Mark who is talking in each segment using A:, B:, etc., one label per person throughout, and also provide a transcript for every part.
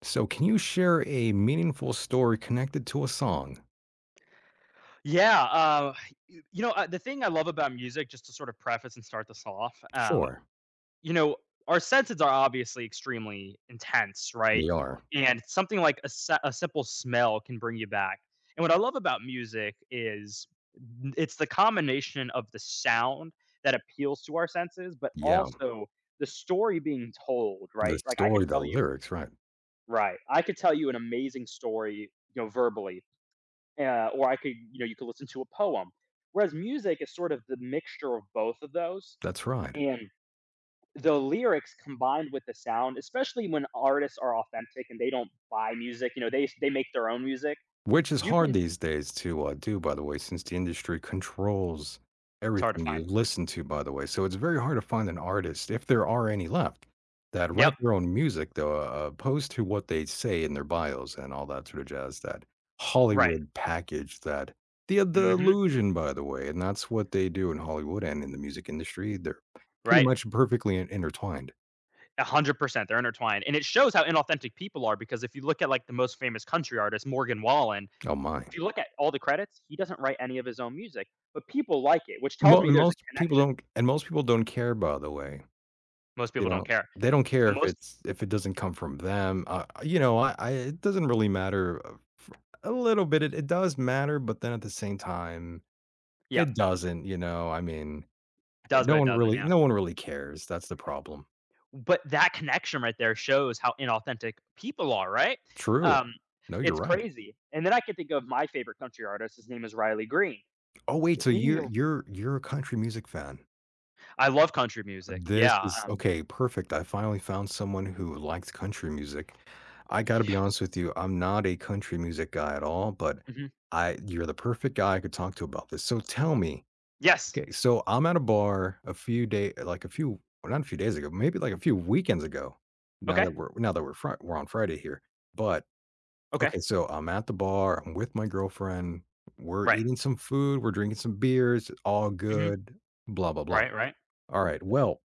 A: So, can you share a meaningful story connected to a song?
B: Yeah, uh, the thing I love about music, just to sort of preface and start this off,
A: Sure,
B: you know, our senses are obviously extremely intense, right?
A: they are.
B: And something like a simple smell can bring you back. And what I love about music is n it's the combination of the sound that appeals to our senses, but
A: Yeah,
B: also the story being told,
A: the
B: right? Like, I could
A: story, the
B: tell you
A: lyrics, right.
B: Right, I could tell you an amazing story, you know, verbally, or I could, you know, you could listen to a poem. Whereas music is sort of the mixture of both of those,
A: That's right.
B: and the lyrics combined with the sound, especially when artists are authentic and they don't buy music, you know, they make their own music.
A: Which is
B: You
A: hard
B: can
A: these days to, do, by the way, since the industry controls
B: it's hard to
A: everything you
B: find.
A: listen to, by the way, so it's very hard to find an artist, if there are any left, that write
B: Yep,
A: their own music, though, opposed to what they say in their bios and all that sort of jazz, that
B: right.
A: Hollywood package, that the
B: Mhm.
A: illusion, by the way, and that's what they do in Hollywood and in the music industry, they're pretty
B: Right.
A: much perfectly in intertwined.
B: 100%. They're intertwined. And it shows how inauthentic people are because if you look at like the most famous country artist, Morgan Wallen,
A: Oh my.
B: if you look at all the credits, he doesn't write any of his own music, but people like it, which tells
A: Mo
B: me
A: and
B: there's a
A: most people
B: connection.
A: don't and most people don't care, by the way.
B: Most
A: You
B: people don't
A: know,
B: care.
A: they don't care
B: So
A: if
B: most
A: it's if it doesn't come from them, you know, I it doesn't really matter f a little bit, it does matter, but then at the same time,
B: Yeah,
A: it doesn't, you know, I mean,
B: does but it doesn't, yeah.
A: no one really cares, that's the problem.
B: But that connection right there shows how inauthentic people are, right?
A: True.
B: Um,
A: No, you're
B: it's
A: right.
B: crazy. And then I can think of my favorite country artist, his name is Riley Green.
A: Oh, wait, so
B: He
A: you're a country music fan?
B: I love country music,
A: This
B: yeah,
A: is okay, perfect. I finally found someone who liked country music. I gotta be
B: Yeah,
A: honest with you, I'm not a country music guy at all, but
B: mhm.
A: I you're the perfect guy I could talk to about this. So tell me,
B: Yes,
A: okay, so I'm at a bar like a few, well, not a few days ago, maybe like a few weekends ago. Now
B: okay,
A: that we're now that we're fri- we're on Friday here, but
B: okay,
A: okay, so I'm at the bar. I'm with my girlfriend. We're
B: right,
A: eating some food. We're drinking some beers. All
B: mhm,
A: good. Blah blah blah.
B: right, right,
A: All right. Well,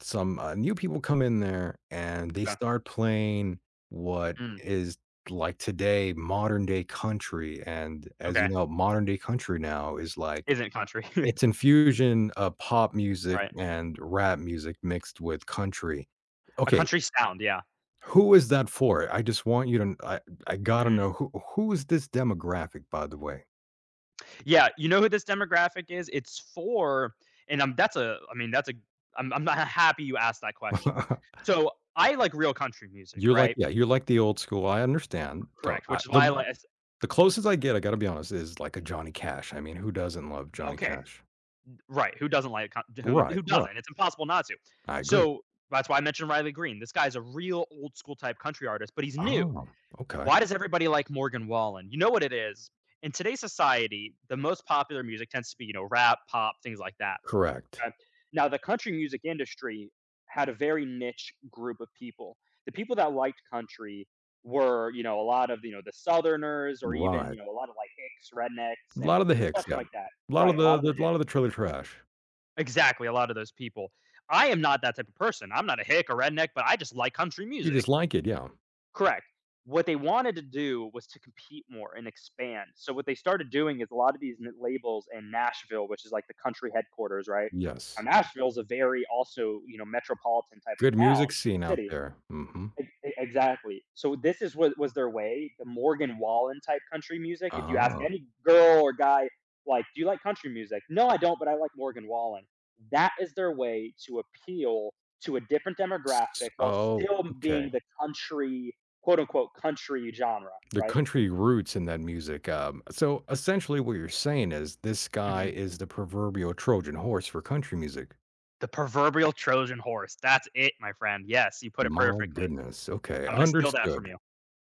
A: some new people come in there and they
B: okay,
A: start playing what
B: mm,
A: is like today modern day country. And as you
B: okay,
A: know, modern day country now is like
B: isn't country,
A: it's infusion of pop music
B: right.
A: and rap music mixed with country.
B: A
A: Okay,
B: country sound, yeah,
A: who is that for? I just want you to. I gotta know
B: mm.
A: who is this demographic, by the way.
B: Yeah, you know who this demographic is? It's for and, that's a I mean, that's a I'm not happy you asked that question. So, I like real country music,
A: you're like
B: right?
A: yeah, you're like the old school. I understand. Don't
B: Correct,
A: I,
B: which is why I like.
A: the closest I get, I gotta be honest, is like a Johnny Cash. I mean, who doesn't love Johnny
B: Okay,
A: Cash?
B: right,
A: Right,
B: who
A: right.
B: doesn't? It's impossible not to.
A: I agree.
B: So, that's why I mentioned Riley Green. This guy's a real old school type country artist, but he's new.
A: Oh, okay.
B: Why does everybody like Morgan Wallen? You know what it is. In today's society, the most popular music tends to be, you know, rap, pop, things like that.
A: Correct.
B: Okay. Now, the country music industry had a very niche group of people. The people that liked country were, you know, a lot of, you know, the Southerners or even,
A: Right.
B: you know, a lot of like hicks, rednecks,
A: A
B: and
A: lot of the hicks,
B: stuff
A: yeah.
B: like that. Right. A lot of the
A: A lot
B: hicks.
A: of the trailer trash.
B: Exactly. A lot of those people. I am not that type of person. I'm not a hick or redneck, but I just like country
A: You just
B: music.
A: like it, yeah.
B: Correct. What they wanted to do was to compete more and expand. So what they started doing is a lot of these n labels in Nashville, which is, like, the country headquarters, right?
A: Yes.
B: Now Nashville's a very also, you know, metropolitan type
A: Good
B: of town,
A: music scene out
B: city.
A: there. Mhm.
B: Ex e exactly. So this is what was their way, the Morgan Wallen type country music. If you ask
A: Oh.
B: any girl or guy, like, "Do you like country music?" "No, I don't, but I like Morgan Wallen." That is their way to appeal to a different
A: S
B: demographic while
A: oh,
B: still
A: okay.
B: being the country, quote unquote, "country" genre,
A: The
B: right?
A: country roots in that music, so essentially what you're saying is this guy
B: Mhm.
A: is the proverbial Trojan horse for country music.
B: The proverbial Trojan horse. That's it, my friend. Yes, you put it
A: My
B: perfectly.
A: goodness, okay,
B: I'm gonna steal that from
A: understood.
B: you.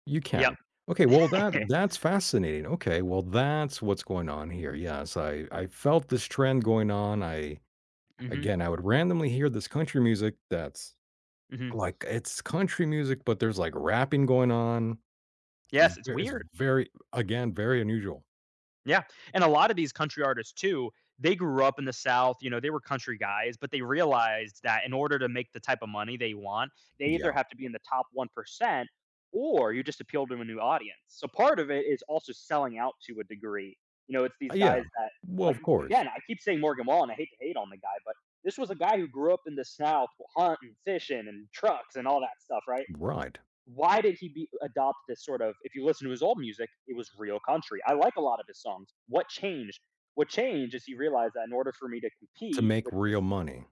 A: You
B: Yep.
A: can. Okay, well, that that's fascinating. Okay, well, that's what's going on here. Yes, I felt this trend going on. I
B: Mhm,
A: Again, I would randomly hear this country music that's
B: mhm.
A: like it's country music, but there's like rapping going on.
B: Yes, it's
A: It's
B: weird.
A: very again very unusual.
B: Yeah, and a lot of these country artists too, they grew up in the South, you know, they were country guys, but they realized that in order to make the type of money they want, they either
A: Yeah,
B: have to be in the top 1% or you just appeal to a new audience. So part of it is also selling out to a degree. You know, it's these
A: Yeah.
B: guys that
A: Well,
B: like
A: of course,
B: again, I keep saying Morgan Wallen, I hate to hate on the guy, but this was a guy who grew up in the South hunting, fishing and trucks and all that stuff, right?
A: right
B: Why did he adopt this sort of? If you listen to his old music, it was real country. I like a lot of his songs. What changed what changed is he realized that in order for me to
A: to
B: compete
A: make
B: with
A: real
B: this,
A: money.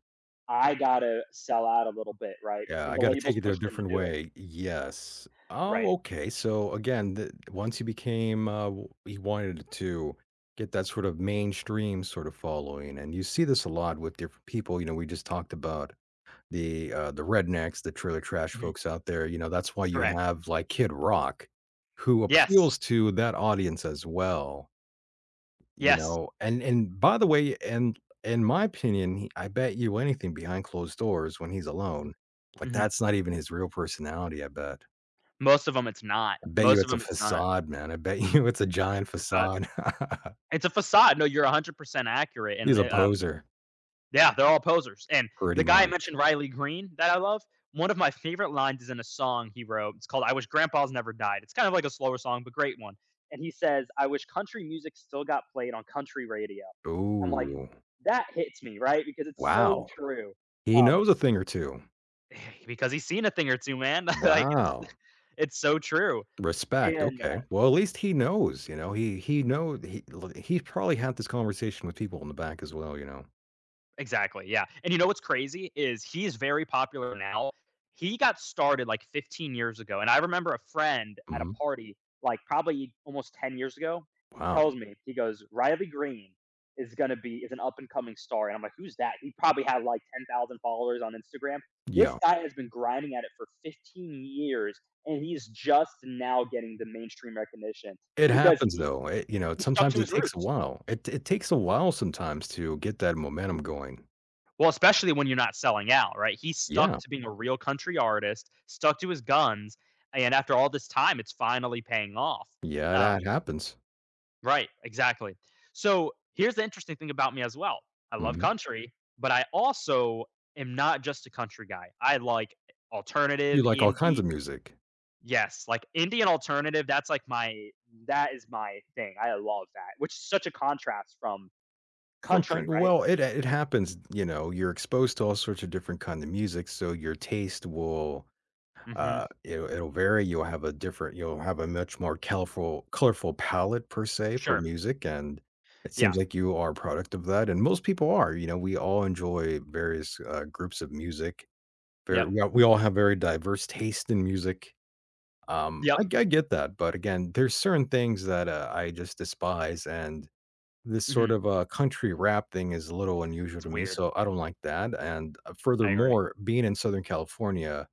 B: I gotta sell out a little bit, right?
A: Yeah,
B: And
A: I
B: the
A: gotta take
B: labels
A: it a
B: pushed him
A: different
B: to do it.
A: way. Yes.
B: Right.
A: Oh, okay. So again, th once you became, w you wanted to get that sort of mainstream sort of following, and you see this a lot with different people, you know, we just talked about the rednecks, the trailer trash
B: Mhm.
A: folks out there, you know, that's why you
B: Correct.
A: have, like, Kid Rock, who
B: Yes.
A: appeals to that audience as well. You
B: Yes.
A: know, and by the way, and in my opinion, he I bet you anything behind closed doors when he's
B: Mhm.
A: alone, like,
B: Mhm.
A: that's not even his real personality, I bet.
B: Most of them, it's not.
A: I bet you
B: Most of
A: it's a
B: them, it's not.
A: facade, man. I bet you it's a giant
B: Facade.
A: facade.
B: It's a facade. No, you're 100% accurate.
A: He's
B: And
A: a poser,
B: Yeah, they're all posers. And
A: pretty
B: the guy I
A: much.
B: mentioned, Riley Green, that I love, one of my favorite lines is in a song he wrote. It's called I Wish Grandpa's Never Died. It's kind of like a slower song, but great one. And he says, I wish country music still got played on country radio. I'm like,
A: Ooh,
B: that hits me, right? Because it's so
A: wow.
B: true.
A: He
B: Um,
A: knows a thing or two.
B: because he's seen a thing or two, man.
A: Wow.
B: It's so true.
A: Respect,
B: And
A: okay. Well, at least he knows, you know, he knows. He probably had this conversation with people in the back as well, you know?
B: Exactly, yeah, and you know what's crazy is he is very popular now. He got started, like, 15 years ago, and I remember a friend at a
A: Mhm.
B: party, like, probably almost 10 years ago, he
A: Wow.
B: tells me, he goes, "Riley Green is gonna be is an up-and-coming star," and I'm like, "Who's that?" He probably had, like, 10,000 followers on Instagram. This
A: Yeah.
B: guy has been grinding at it for 15 years, and he's just now getting the mainstream recognition
A: It
B: because
A: happens
B: he
A: though. It You know,
B: he stuck
A: sometimes
B: to
A: it
B: his
A: takes a
B: roots.
A: while. It takes a while sometimes to get that momentum going.
B: Well, especially when you're not selling out, right? He stuck
A: Yeah.
B: to being a real country artist, stuck to his guns, and after all this time, it's finally paying off.
A: Yeah, that
B: Um,
A: happens.
B: right, exactly. So here's the interesting thing about me as well. I love
A: Mhm.
B: country, but I also am not just a country guy. I like
A: You
B: alternative,
A: like all kinds
B: indie.
A: of music.
B: Yes, like indie and alternative, that is my thing. I love that, which is such a contrast from
A: From kind
B: country, right?
A: Well, it happens, you know, you're exposed to all sorts of different kind of music, so your taste will,
B: Mhm.
A: it'll vary. You'll have a different you'll have a much more colorful palette per se for
B: Sure.
A: music, and it seems
B: Yeah.
A: like you are a product of that, and most people are, you know, we all enjoy various, groups of music
B: Yep.
A: Ver we all have very diverse taste in music.
B: Yep.
A: I get that, but again, there's certain things that, I just despise, and this sort
B: Mhm.
A: of, country rap thing is a little unusual
B: It's
A: to me,
B: weird.
A: so I don't like that, and,
B: I agree.
A: furthermore, being in Southern California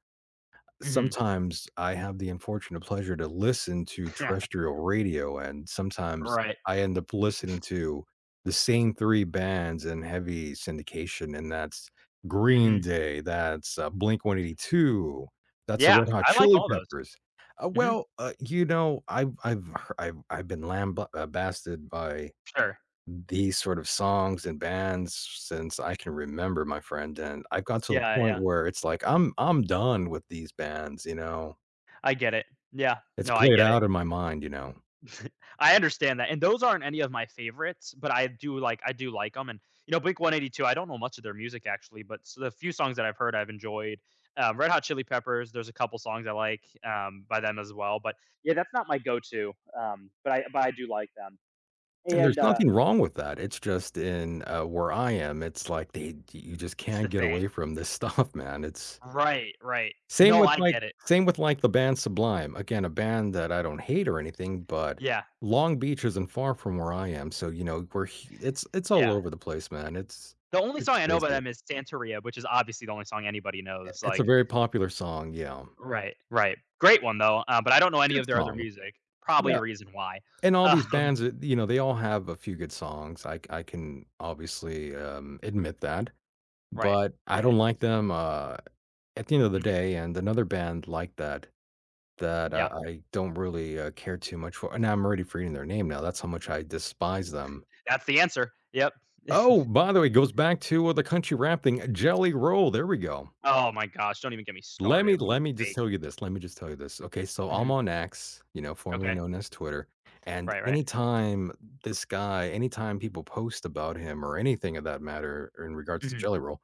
B: Mhm.
A: sometimes I have the unfortunate pleasure to listen to
B: Yeah,
A: terrestrial radio, and sometimes
B: right.
A: I end up listening to the same 3 bands in heavy syndication, and that's Green
B: Mhm.
A: Day, that's, Blink-182, that's the
B: Yeah,
A: Red Hot
B: I like
A: Chili
B: all those.
A: Peppers.
B: Mhm,
A: You know, I've I I've been lambasted by
B: sure.
A: these sort of songs and bands since I can remember, my friend, and I've got to the
B: Yeah, yeah.
A: point where it's like, I'm done with these bands, you know?
B: I get it. Yeah.
A: It's
B: No, I
A: played
B: get it.
A: out in my mind, you know?
B: I understand that, and those aren't any of my favorites, but I do like them. And, you know, Blink-182, I don't know much of their music actually, but s the few songs that I've heard, I've enjoyed. Red Hot Chili Peppers, there's a couple songs I like, by them as well, but, yeah, that's not my go-to, but I do like them,
A: And there's
B: and, uh
A: nothing wrong with that, it's just in, where I am, it's like they you just
B: It's
A: can't
B: the
A: get away
B: thing.
A: from this stuff, man, it's
B: Right, right.
A: same
B: No,
A: with,
B: I
A: like
B: get it.
A: the band Sublime, again, a band that I don't hate or anything, but
B: Yeah,
A: Long Beach isn't far from where I am, so, you know, we're h it's all
B: yeah.
A: over the place, man,
B: The only
A: it's
B: song I know by
A: crazy.
B: them is Santeria, which is obviously the only song anybody
A: Eh,
B: knows.
A: it's a very popular song, yeah.
B: Right. Right, great one though, but I don't know any
A: Good
B: of their other
A: song.
B: music. Probably a
A: Yeah,
B: reason why.
A: and all these
B: Um,
A: bands, you know, they all have a few good songs. I can obviously, admit that,
B: right,
A: but I
B: right,
A: don't like them, at the end of the
B: mhm,
A: day, and another band like that, that I
B: yeah,
A: I don't really, care too much for and I'm already forgetting their name now, that's how much I despise them.
B: that's the answer. Yep.
A: Oh, by the way, it goes back to, the country rap thing, Jelly Roll, there we go.
B: Oh my gosh, don't even get me started. What a fake.
A: Let me just tell you this. Okay, so I'm
B: Mhm,
A: on X, you know, formerly
B: okay,
A: known as Twitter, and
B: right, right,
A: anytime this guy anytime people post about him or anything of that matter in regards to
B: mhm,
A: Jelly Roll,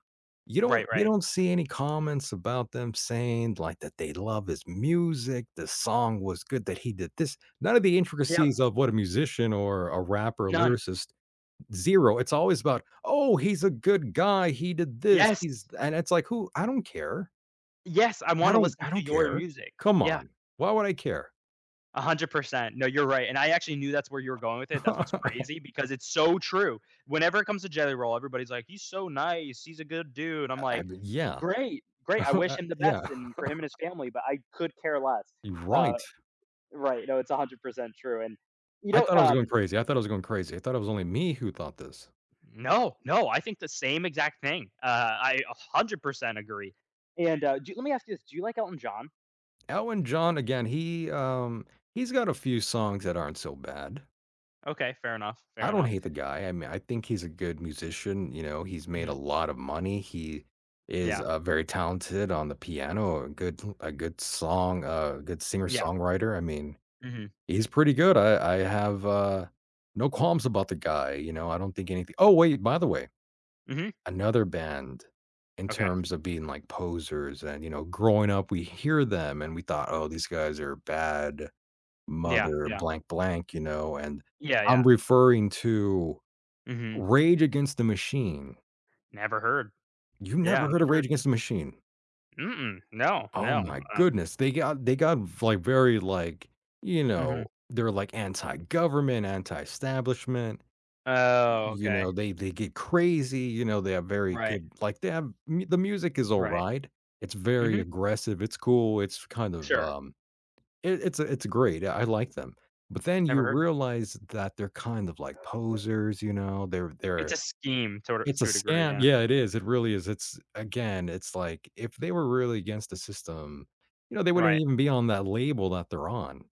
B: right,
A: you
B: right.
A: don't see any comments about them saying, like, that they love his music, the song was good that he did this. None of the
B: Yep,
A: intricacies of what a musician or a rapper,
B: none.
A: lyricist 0. It's always about, "Oh, he's a good guy, he did this, he's"
B: Yes,
A: and it's like, "Who I don't care.
B: yes, I wanna listen
A: I
B: to
A: don't
B: your
A: care.
B: music.
A: Come
B: Yeah.
A: on. Why would I care?
B: 100%. No, you're right, and I actually knew that's where you were going with it. That's what's
A: I
B: crazy because it's so true. Whenever it comes to Jelly Roll, everybody's like, "He's so nice. He's a good dude." I'm like,
A: mean, yeah.
B: "Great. Great. I wish him the
A: Yeah.
B: best and for him and his family, but I could care less."
A: You're
B: Uh,
A: right.
B: right. No, it's 100% true, and you
A: I
B: know,
A: thought I was going
B: um
A: crazy. I thought I was going crazy. I thought it was only me who thought this.
B: No, no, I think the same exact thing. I 100% agree. And, do let me ask you this, do you like Elton John?
A: Elwin John, again, he's got a few songs that aren't so bad.
B: Okay, fair enough,
A: I
B: fair
A: don't
B: enough.
A: hate the guy. I mean, I think he's a good musician. You know, he's made a
B: Mhm.
A: lot of money. He is
B: Yeah,
A: very talented on the piano, a good song, a good singer
B: yeah.
A: songwriter. I mean,
B: Mhm,
A: he's pretty good. I have, no qualms about the guy, you know, I don't think anything oh, wait, by the way,
B: mhm.
A: another band in
B: Okay.
A: terms of being, like, posers and, you know, growing up, we hear them and we thought, "Oh, these guys are bad
B: Yeah,
A: mother
B: yeah.
A: blank blank," you know, and
B: Yeah,
A: I'm
B: yeah.
A: referring to
B: Mhm.
A: Rage Against the Machine.
B: Never heard.
A: You
B: Yeah,
A: never heard of
B: never
A: Rage
B: heard.
A: Against the Machine?
B: Mm-mm. No,
A: Oh
B: no.
A: my goodness. They got like, very, like, you know,
B: Mhm.
A: they're, like, anti-government, anti-establishment.
B: Oh,
A: You know,
B: okay.
A: they get crazy, you know, they have very
B: Right,
A: good like, they have mu the music is
B: right.
A: alright. It's very
B: Mhm.
A: aggressive, it's cool, it's kind of,
B: Sure.
A: it's great, I like them. But then you
B: Never heard.
A: realize that they're kind of like posers, you know, they're
B: It's
A: they're
B: a scheme
A: it's a
B: to a degree,
A: scam
B: yeah.
A: yeah, it is, it really is, it's again, it's like, if they were really against the system, you know, they wouldn't
B: Right.
A: even be on that label that they're on.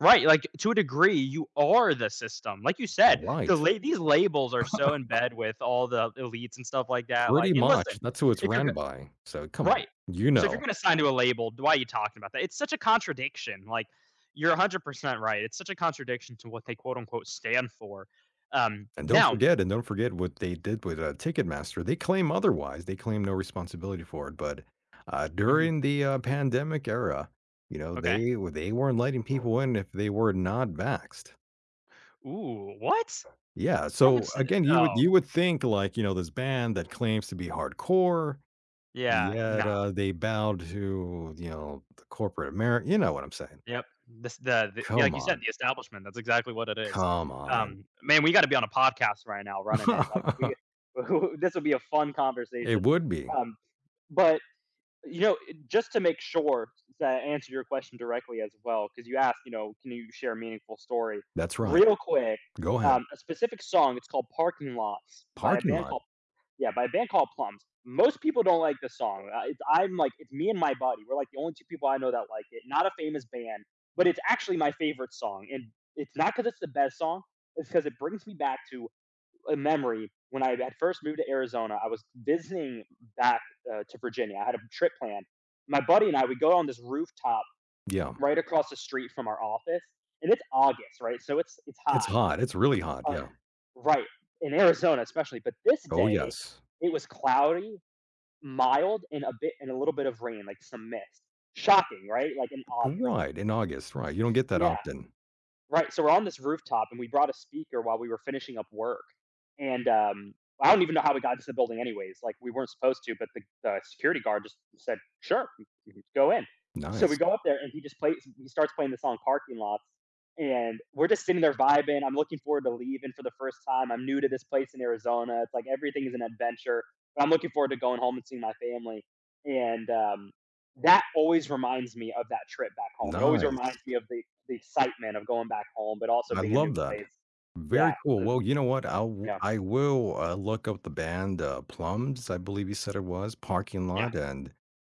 B: Right, like, to a degree, you are the system. Like you said,
A: Right.
B: these labels are so in bed with all the elites and stuff like that,
A: Pretty
B: like and
A: much,
B: listen,
A: that's who it's
B: if
A: ran
B: you're
A: by, so come on,
B: Right.
A: you
B: So if you're
A: know.
B: gonna sign to a label, why are you talking about that? It's such a contradiction. You're 100% right. It's such a contradiction to what they quote unquote stand for.
A: And don't
B: Now,
A: forget and don't forget what they did with, Ticketmaster. They claim otherwise. They claim no responsibility for it, but,
B: mhm,
A: during the, pandemic era, you know,
B: okay.
A: they weren't letting people in if they were not vaxxed.
B: Ooh, what?
A: Yeah,
B: How
A: so,
B: much?
A: again,
B: Oh,
A: you would think, like, you know, this band that claims to be hardcore,
B: yeah,
A: yet,
B: no,
A: they bowed to, you know, the corporate Ameri you know what I'm saying.
B: yep. The
A: Come
B: like you said,
A: on.
B: the establishment. That's exactly what it is.
A: Come on.
B: Man, we got to be on a podcast right now running it. This would be a fun
A: It
B: conversation.
A: would be.
B: Um, but You know, just to make sure to answer your question directly as well, because you asked, you know, can you share a meaningful story?
A: That's right.
B: Real quick,
A: Go ahead.
B: a specific song. It's called "Parking Lots" by a
A: Parking
B: band
A: lot.
B: called yeah by a band called Plums. Most people don't like this song. It's me and my buddy. We're like the only two people I know that like it. Not a famous band, but it's actually my favorite song, and it's not because it's the best song. It's because it brings me back to a memory when I had first moved to Arizona. I was visiting back to Virginia. I had a trip planned. My buddy and I would go on this rooftop
A: Yeah.
B: right across the street from our office, and it's August, right? So it's hot,
A: It's really hot,
B: but
A: yeah.
B: right in Arizona especially. But this
A: Oh,
B: day,
A: yes.
B: it was cloudy, mild, and a little bit of rain, like some mist. Shocking, right? Like in August.
A: Right, in August, right, you don't get that
B: Yeah.
A: often.
B: Right, so we're on this rooftop, and we brought a speaker while we were finishing up work, and, I don't even know how we got into the building anyways, like, we weren't supposed to, but the security guard just said, "Sure, you can go in." So we
A: Nice,
B: go up there, and he just plays he starts playing the song "Parking Lots," and we're just sitting there vibing, I'm looking forward to leaving for the first time, I'm new to this place in Arizona, it's like everything is an adventure, but I'm looking forward to going home and seeing my family, and, that always reminds me of that trip back home. It always
A: nice.
B: reminds me of the excitement of going back home, but also
A: I
B: being a new
A: love that.
B: place.
A: Very
B: Yeah,
A: cool,
B: so
A: well, you know what,
B: yeah.
A: I will, look up the band, Plums, I believe you said it was, Parking
B: Yeah,
A: Lot, and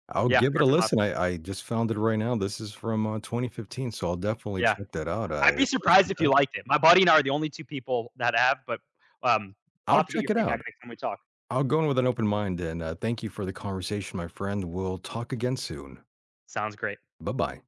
A: I'll
B: yeah,
A: give it a
B: parking lots.
A: listen, I just found it right now, this is from, 2015, so I'll definitely
B: Yeah.
A: check that out, I
B: I'd be surprised
A: appreciate
B: if you
A: that.
B: liked it. My buddy and I are the only 2 people that have, but, um, I'll
A: I'll
B: have to get your
A: check it
B: feedback
A: out.
B: next time we talk.
A: I'll go in with an open mind, and, thank you for the conversation, my friend, we'll talk again soon.
B: Sounds great.
A: Bye bye